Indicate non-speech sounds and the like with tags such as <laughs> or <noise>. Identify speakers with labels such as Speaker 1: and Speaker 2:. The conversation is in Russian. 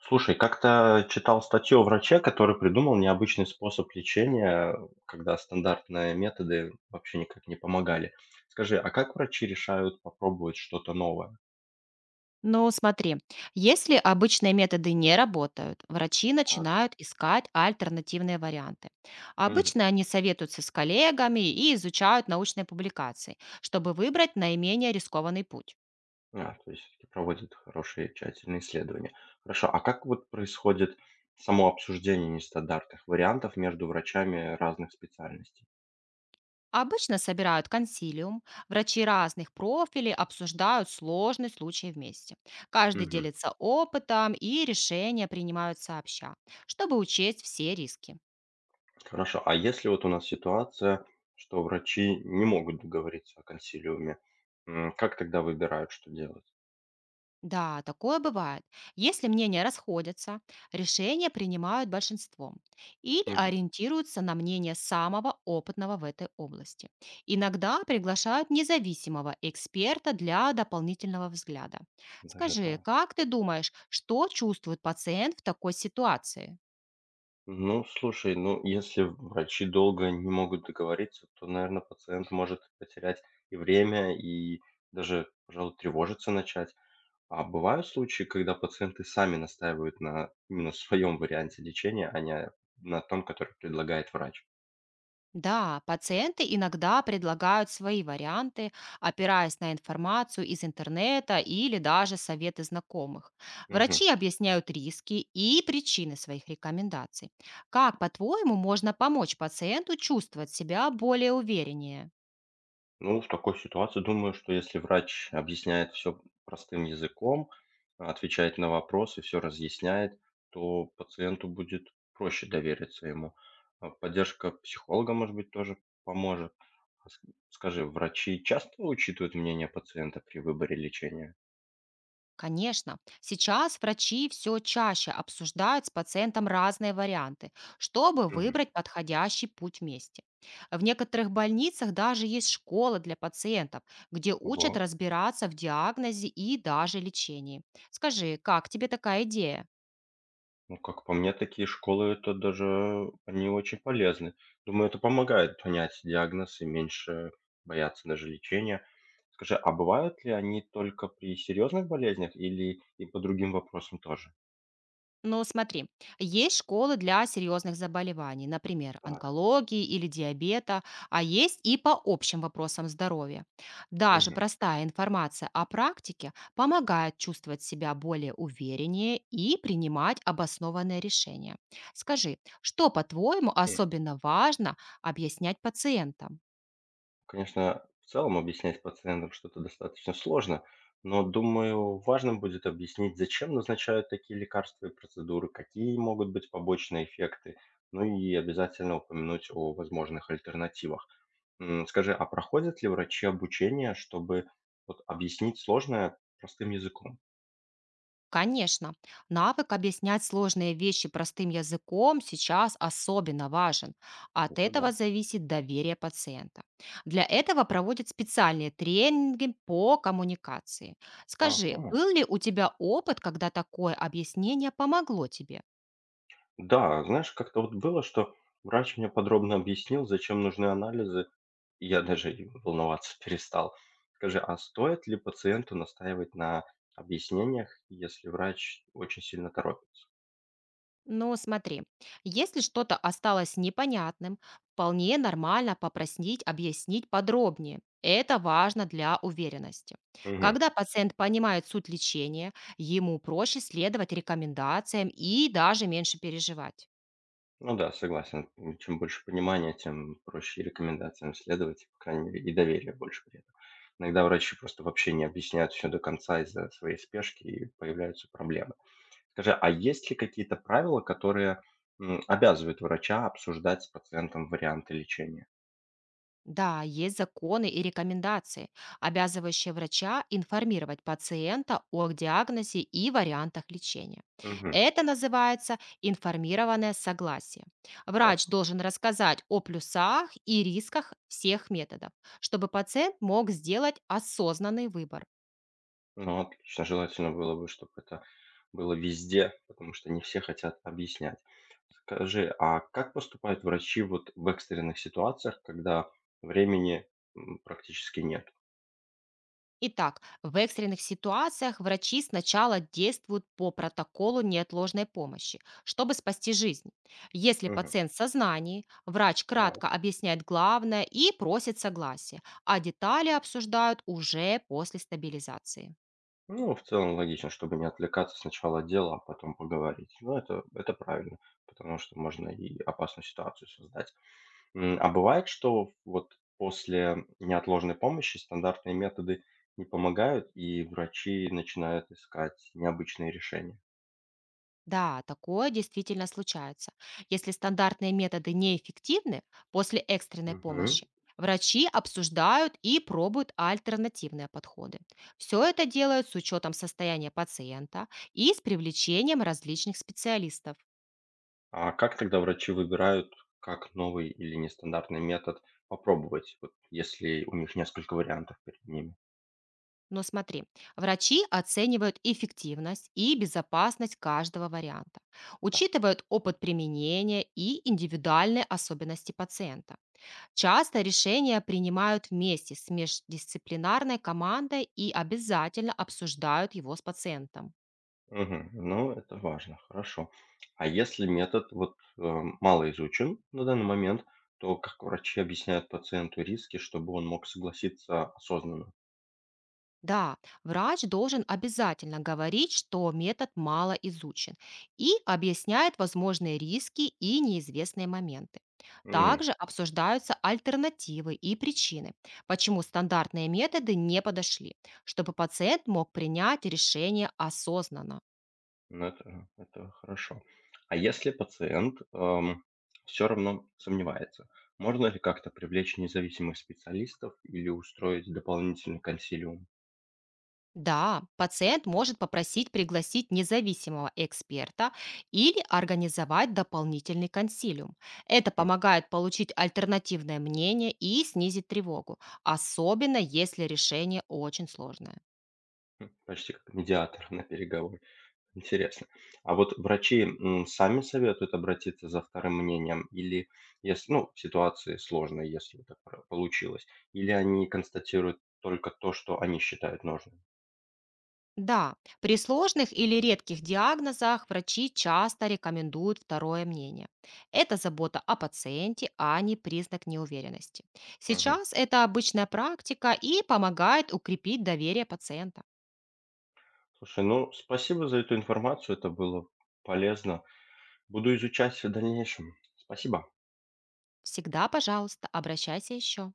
Speaker 1: Слушай, как-то читал статью о враче, который придумал необычный способ лечения, когда стандартные методы вообще никак не помогали. Скажи, а как врачи решают попробовать что-то новое?
Speaker 2: Ну, смотри, если обычные методы не работают, врачи
Speaker 1: Так.
Speaker 2: начинают искать альтернативные варианты.
Speaker 1: Мгм.
Speaker 2: Обычно они советуются с коллегами и изучают научные публикации, чтобы выбрать наименее рискованный путь.
Speaker 1: А, то есть всё-таки проводят хорошие тщательные исследования. Хорошо, а как вот происходит само обсуждение нестандартных вариантов между врачами разных специальностей?
Speaker 2: Обычно собирают консилиум, врачи разных профилей обсуждают сложный случай вместе. Каждый
Speaker 1: Мгм.
Speaker 2: делится опытом и решения принимают сообща, чтобы учесть все риски.
Speaker 1: Хорошо, а если вот у нас ситуация, что врачи не могут договориться о консилиуме, как тогда выбирают, что делать?
Speaker 2: Да, такое бывает. Если мнения расходятся, решения принимают большинством или
Speaker 1: Мгм.
Speaker 2: ориентируются на мнение самого опытного в этой области. Иногда приглашают независимого эксперта для дополнительного взгляда.
Speaker 1: Даже
Speaker 2: Скажи,
Speaker 1: так.
Speaker 2: как ты думаешь, что чувствует пациент в такой ситуации?
Speaker 1: Ну, слушай, ну, если врачи долго не могут договориться, то, наверное, пациент может потерять и время, и даже, пожалуй, тревожиться начать. А бывают случаи, когда пациенты сами настаивают на именно своем варианте лечения, а не на том, который предлагает врач.
Speaker 2: Да, пациенты иногда предлагают свои варианты, опираясь на информацию из интернета или даже советы знакомых.
Speaker 1: Мгм.
Speaker 2: Врачи объясняют риски и причины своих рекомендаций. Как, по-твоему, можно помочь пациенту чувствовать себя более увереннее?
Speaker 1: Ну, в такой ситуации думаю, что если врач объясняет все простым языком, отвечает на вопросы, все разъясняет, то пациенту будет проще довериться ему. А поддержка психолога, может быть, тоже поможет. А ск Скажи, врачи часто учитывают мнение пациента при выборе лечения?
Speaker 2: Конечно, сейчас врачи все чаще обсуждают с пациентом разные варианты, чтобы
Speaker 1: Мгм.
Speaker 2: выбрать подходящий путь вместе. В некоторых больницах даже есть школы для пациентов, где
Speaker 1: Ого.
Speaker 2: учат разбираться в диагнозе и даже лечении. Скажи, как тебе такая идея?
Speaker 1: Ну, как по мне, такие школы- это даже они очень полезны. Думаю, это помогает понять диагноз и меньше бояться даже лечения. Скажи, а бывают ли они только при серьезных болезнях или и по другим вопросам тоже?
Speaker 2: Ну, смотри, есть школы для серьезных заболеваний, например,
Speaker 1: Так.
Speaker 2: онкологии или диабета, а есть и по общим вопросам здоровья. Даже
Speaker 1: Мгм.
Speaker 2: простая информация о практике помогает чувствовать себя более увереннее и принимать обоснованные решения. Скажи, что, по-твоему, особенно важно объяснять пациентам?
Speaker 1: Конечно, в целом объяснять пациентам что-то достаточно сложно, но, думаю, важным будет объяснить, зачем назначают такие лекарства и процедуры, какие могут быть побочные эффекты, ну и обязательно упомянуть о возможных альтернативах. Скажи, а проходят ли врачи обучение, чтобы вот объяснить сложное простым языком?
Speaker 2: Конечно, навык объяснять сложные вещи простым языком сейчас особенно важен. От
Speaker 1: Это
Speaker 2: этого
Speaker 1: да.
Speaker 2: зависит доверие пациента. Для этого проводят специальные тренинги по коммуникации. Скажи,
Speaker 1: Ага.
Speaker 2: был ли у тебя опыт, когда такое объяснение помогло тебе?
Speaker 1: Да, знаешь, как-то вот было, что врач мне подробно объяснил, зачем нужны анализы, и я даже и волноваться <laughs> перестал. Скажи, а стоит ли пациенту настаивать на объяснениях, если врач очень сильно торопится?
Speaker 2: Ну, смотри, если что-то осталось непонятным, вполне нормально попросить объяснить подробнее. Это важно для уверенности.
Speaker 1: Мгм.
Speaker 2: Когда пациент понимает суть лечения, ему проще следовать рекомендациям и даже меньше переживать.
Speaker 1: Ну да, согласен. Чем больше понимания, тем проще и рекомендациям следовать, и, по крайней мере, и доверие больше при этом. Иногда врачи просто вообще не объясняют все до конца из-за своей спешки и появляются проблемы. Скажи, а есть ли какие-то правила, которые, обязывают врача обсуждать с пациентом варианты лечения?
Speaker 2: Да, есть законы и рекомендации, обязывающие врача информировать пациента о диагнозе и вариантах лечения.
Speaker 1: Мгм.
Speaker 2: Это называется информированное согласие.
Speaker 1: О,
Speaker 2: Врач должен рассказать о плюсах и рисках всех методов, чтобы пациент мог сделать осознанный выбор.
Speaker 1: ну, отлично. Желательно было бы, чтобы это было везде, потому что не все хотят объяснять. Скажи, а как поступают врачи вот в экстренных ситуациях, когда времени, практически нет?
Speaker 2: Итак, в экстренных ситуациях врачи сначала действуют по протоколу неотложной помощи, чтобы спасти жизнь. Если
Speaker 1: Мгм.
Speaker 2: пациент в сознании, врач
Speaker 1: Так.
Speaker 2: кратко объясняет главное и просит согласия, а детали обсуждают уже после стабилизации.
Speaker 1: Ну, в целом логично, чтобы не отвлекаться сначала от дела, а потом поговорить. Ну, это правильно, потому что можно и опасную ситуацию создать. А бывает, что вот после неотложной помощи стандартные методы не помогают, и врачи начинают искать необычные решения?
Speaker 2: Да, такое действительно случается. Если стандартные методы неэффективны после экстренной
Speaker 1: Мгм.
Speaker 2: помощи, врачи обсуждают и пробуют альтернативные подходы. Все это делают с учетом состояния пациента и с привлечением различных специалистов.
Speaker 1: А как тогда врачи выбирают, как новый или нестандартный метод попробовать, вот если у них несколько вариантов перед ними?
Speaker 2: Но смотри, врачи оценивают эффективность и безопасность каждого варианта,
Speaker 1: Так,
Speaker 2: учитывают опыт применения и индивидуальные особенности пациента. Часто решения принимают вместе с междисциплинарной командой и обязательно обсуждают его с пациентом.
Speaker 1: мгм. Ну, это важно, хорошо. А если метод вот мало изучен на данный момент, то как врачи объясняют пациенту риски, чтобы он мог согласиться осознанно?
Speaker 2: Да, врач должен обязательно говорить, что метод мало изучен, и объясняет возможные риски и неизвестные моменты. Также обсуждаются альтернативы и причины, почему стандартные методы не подошли, чтобы пациент мог принять решение осознанно.
Speaker 1: Ну, это хорошо. А если пациент, все равно сомневается, можно ли как-то привлечь независимых специалистов или устроить дополнительный консилиум?
Speaker 2: Да, пациент может попросить пригласить независимого эксперта или организовать дополнительный консилиум. Это
Speaker 1: М,
Speaker 2: помогает получить альтернативное мнение и снизить тревогу, особенно если решение очень сложное.
Speaker 1: м, почти как медиатор на переговоры. Интересно. А вот врачи, сами советуют обратиться за вторым мнением или если, ну, в ситуации сложной, если так про получилось, или они констатируют только то, что они считают нужным?
Speaker 2: Да, при сложных или редких диагнозах врачи часто рекомендуют второе мнение. Это забота о пациенте, а не признак неуверенности.
Speaker 1: Мгм.
Speaker 2: Сейчас это обычная практика и помогает укрепить доверие пациента.
Speaker 1: Слушай, ну, спасибо за эту информацию, это было полезно. Буду изучать в дальнейшем. Спасибо.
Speaker 2: Всегда, пожалуйста, обращайся еще.